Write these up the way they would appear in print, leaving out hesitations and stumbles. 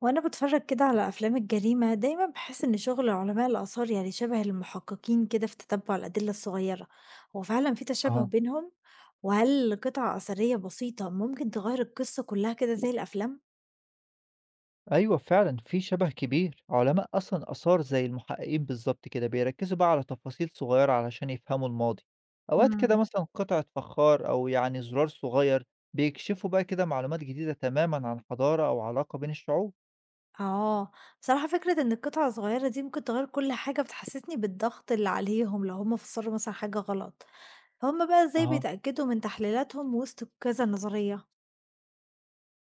وانا بتفرج كده على افلام الجريمه دايما بحس ان شغل علماء الاثار يعني شبه المحققين كده في تتبع الادله الصغيره. هو فعلا في تشابه أها، بينهم، وهل قطع اثريه بسيطه ممكن تغير القصه كلها كده زي الافلام؟ أيوه فعلًا في شبه كبير، علماء أصلًا آثار زي المحققين بالضبط كده، بيركزوا بقى على تفاصيل صغيرة علشان يفهموا الماضي، أوقات كده مم. مثلًا قطعة فخار أو يعني زرار صغير بيكشفوا بقى كده معلومات جديدة تمامًا عن حضارة أو علاقة بين الشعوب. اه. بصراحه فكره ان القطعه الصغيره دي ممكن تغير كل حاجه بتحسسني بالضغط اللي عليهم لو هم فسروا مثلا حاجه غلط، فهم بقى ازاي أها، بيتاكدوا من تحليلاتهم وسط كذا نظريه؟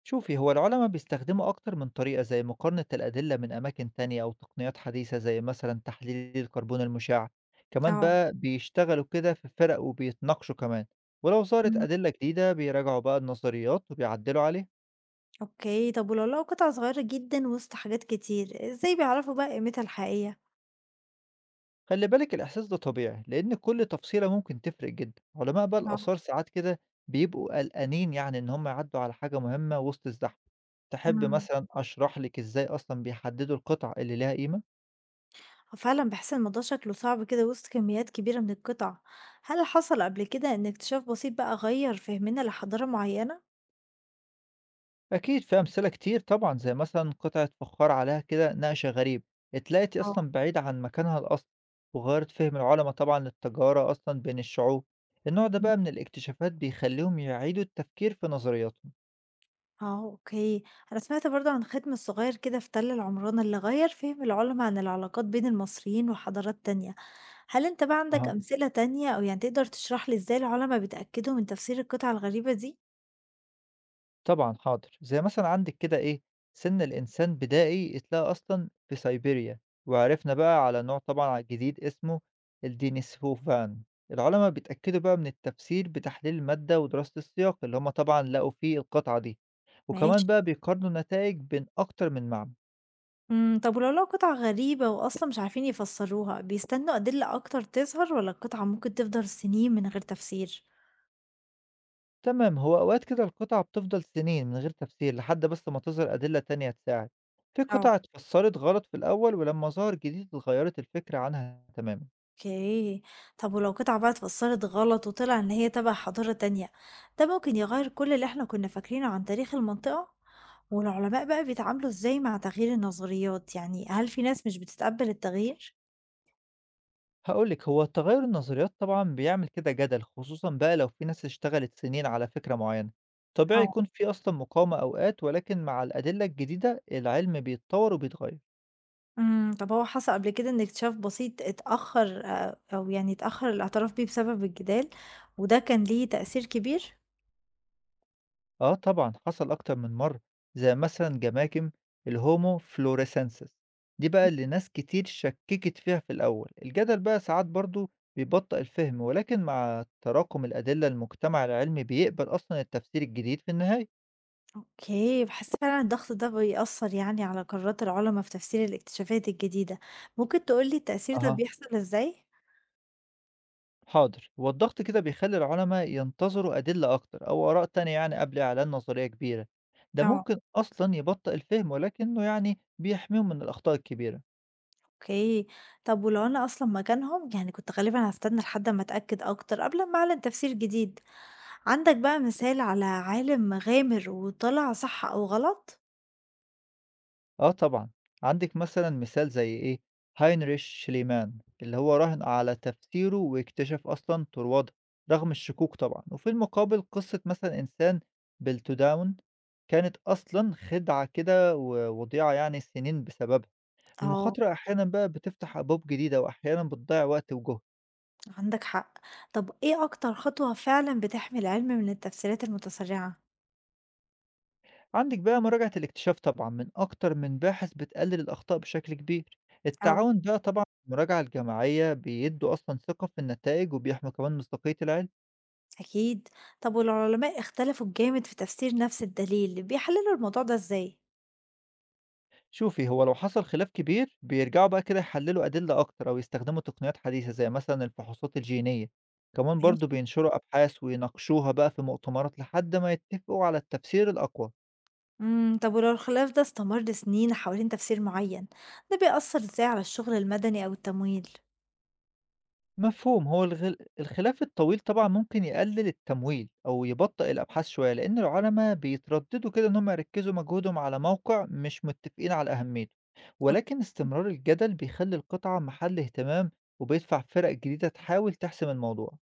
شوفي هو العلماء بيستخدموا أكتر من طريقة زي مقارنة الأدلة من أماكن تانية أو تقنيات حديثة زي مثلا تحليل الكربون المشع، كمان اه. بقى بيشتغلوا كده في فرق وبيتناقشوا كمان، ولو ظهرت أدلة جديدة بيراجعوا بقى النظريات وبيعدلوا عليها. أوكي، طب ولو لقوا قطعة صغيّرة جدًا وسط حاجات كتير، إزاي بيعرفوا بقى قيمتها الحقيقية؟ خلي بالك الإحساس ده طبيعي لأن كل تفصيلة ممكن تفرق جدا، علماء بقى آه. الآثار ساعات كده بيبقوا قلقانين يعني إن هم يعدوا على حاجة مهمة وسط الزحمة. تحب إمم. مثلا أشرح لك إزاي أصلا بيحددوا القطع اللي ليها قيمة؟ هو فعلًا باحس الموضوع شكله صعب كده وسط كميات كبيرة من القطع، هل حصل قبل كده إن اكتشاف بسيط بقى غيّر فهمنا لحضارة معيّنة؟ أكيد في أمثلة كتير طبعًا، زي مثلًا قطعة فخار عليها كده نقش غريب، اتلاقت آه. أصلًا بعيدة عن مكانها الأصلي، وغيّرت فهم العلما طبعًا للتجارة أصلًا بين الشعوب، النوع ده إمم. بقى من الاكتشافات بيخلّيهم يعيدوا التفكير في نظرياتهم. آه، أوكي، أنا سمعت برضه عن ختم الصغيّر كده في تل العمران اللي غيّر فهم العُلما عن العلاقات بين المصريين وحضارات تانية، هل أنت بقى عندك أها. أمثلة تانية أو يعني تقدر تشرح لي إزاي العُلما بيتأكدوا من تفسير القطع الغريبة دي؟ طبعًا حاضر، زي مثلًا عندِك كده إيه، سِن الإنسان بدائي اتلاقى أصلًا في سيبيريا، وعرفنا بقى على نوع طبعًا جديد اسمه الدينيسوفان، العلماء بيتأكدوا بقى من التفسير بتحليل المادة ودراسة السياق، اللي هم طبعًا لقوا فيه القطعة دي، وكمان ماشي. بقى بيقارنوا النتايج بين أكتر من معمل. إمم، طب ولو لقوا قطعة غريبة وأصلًا مش عارفين يفسّروها، بيستنوا أدلة أكتر تظهر والّا القطعة ممكن تفضل سنين من غير تفسير؟ تمام، هو أوقات كده القطعة بتفضل سنين من غير تفسير لحد بس ما تظهر أدلة تانية تساعد. في آه. قطع اتفسرت غلط في الأول، ولما ظهر جديد اتغيرت الفكرة عنها تمامًا. أوكي، طب ولو قطعة بقى اتفسّرت غلط وطلع إن هي تبع حضارة تانية، ده ممكن يغيّر كل اللي إحنا كنا فاكرينه عن تاريخ المنطقة؟ والعلماء بقى بيتعاملوا إزاي مع تغيير النظريات، يعني هل في ناس مش بتتقبّل التغيير؟ هاقول لِك، هو تغيُّر النظريات طبعًا بيعمل كده جدل، خصوصًا بقى لو في ناس اشتغلت سنين على فكرة معيّنة. طبيعي آه. يكون في أصلًا مقاومة أوقات، ولكن مع الأدلة الجديدة العلم بيتطوّر وبيتغيّر. إمم، طب هو حصل قبل كده إن اكتشاف بسيط اتأخّر أو يعني اتأخّر الاعتراف بيه بسبب الجدال، وده كان ليه تأثير كبير؟ آه طبعًا، حصل أكتر من مرّة، زي مثلًا جماكم الHomo floresiensis دي بقى اللي ناس كتير شكّكت فيها في الأول. الجدل بقى ساعات برضه بيبطّئ الفهم، ولكن مع تراكم الأدلة المجتمع العلمي بيقبل أصلًا التفسير الجديد في النهاية. أوكي، باحس فعلًا الضغط ده بيأثّر يعني على قرارات العُلما في تفسير الاكتشافات الجديدة، ممكن تقول لي التأثير ده أها. بيحصل إزاي؟ حاضر هو الضغط كده بيخلي العلماء ينتظروا أدلة أكتر أو آراء تانية يعني قبل إعلان نظرية كبيرة، ده آه، ممكن أصلا يبطئ الفهم ولكنه يعني بيحميهم من الأخطاء الكبيرة. أوكي، طَب ولو أنا أصلًا مكانهم يعني كنت غالبًا هاستنى لحد أمّا أتأكد أكتر قبل ما أعلن تفسير جديد، عندك بقى مثال على عالم غامر وطلع صح أو غلط؟ آه طبعا، عندك مثلا مثال زي إيه، هاينريش شليمان اللي هو راهن على تفسيره واكتشف أصلا طروادة رغم الشكوك طبعا، وفي المقابل قصة مثلا إنسان بالتداون كانت أصلا خدعة كده ووضيعة يعني سنين بسببها. آه، المخاطرة أحيانا بقى بتفتح أبواب جديدة وأحيانا بتضيع وقت وجهد. عندك حق، طَب إيه أكتر خطوة فعلًا بتحمي العلم من التفسيرات المتسرعة؟ عندك بقى مراجعة الاكتشاف طبعا من أكتر من باحث بتقلل الأخطاء بشكل كبير، آه. التعاون بقى طبعا المراجعة الجماعية بيدوا أصلا ثقة في النتائج وبيحموا كمان مصداقية العلم. أكيد. طب والعلماء اختلفوا جامد في تفسير نفس الدليل بيحللوا الموضوع ده إزاي؟ شوفي هو لو حصل خلاف كبير بيرجعوا بقى كده يحللوا أدلة أكتر أو يستخدموا تقنيات حديثة زي مثلا الفحوصات الجينية، كمان ماشي. برضو بينشروا أبحاث ويناقشوها بقى في مؤتمرات لحد ما يتفقوا على التفسير الأقوى. امم، طب ولو الخلاف ده استمر سنين حوالين تفسير معين، ده بيأثر إزاي على الشغل المدني أو التمويل؟ مفهوم. هو الخلاف الطويل طبعًا ممكن يقلل التمويل أو يبطئ الأبحاث شوية، لإن العلما بيترددوا كده إن هم يركّزوا مجهودهم على موقع مش متفقين على أهميته، أوكي. ولكن استمرار الجدل بيخلّي القطعة محل اهتمام وبيدفع فرق جديدة تحاول تحسم الموضوع.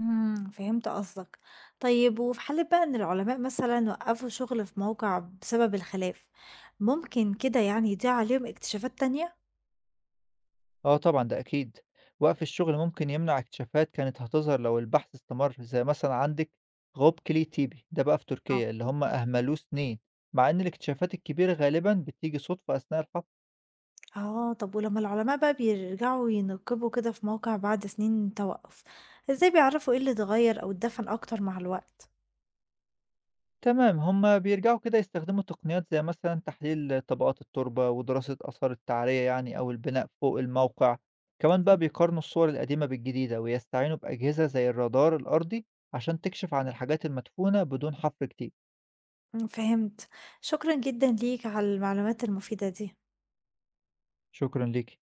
امم، فهمت قصدك. طيب وفي حالة بقى إن العلماء مثلا وقفوا شغل في موقع بسبب الخلاف، ممكن كده يعني يضيع عليهم اكتشافات تانية؟ آه طبعًا ده أكيد. وقف الشغل ممكن يمنع اكتشافات كانت هتظهر لو البحث استمر، زي مثلًا عندِك غاب كلي تيبي ده بقى في تركيا اللي هم أهملوه سنين، مع إن الاكتشافات الكبيرة غالبًا بتيجي صدفة أثناء الحفر. آه، طب ولمّا العلماء بقى بيرجعوا ينقبوا كده في موقع بعد سنين توقُّف، إزاي بيعرفوا إيه اللي اتغيّر أو اتدفن أكتر مع الوقت؟ تمام، هم بيرجعوا كده يستخدموا تقنيات زي مثلًا تحليل طبقات التربة، ودراسة آثار التعرية يعني أو البناء فوق الموقع، كمان بقى بيقارنوا الصور القديمة بالجديدة، ويستعينوا بأجهزة زي الرادار الأرضي عشان تكشف عن الحاجات المدفونة بدون حفر كتير. إمم، فهمت، شكرًا جدًا ليك على المعلومات المفيدة دي. شكرًا ليكِ.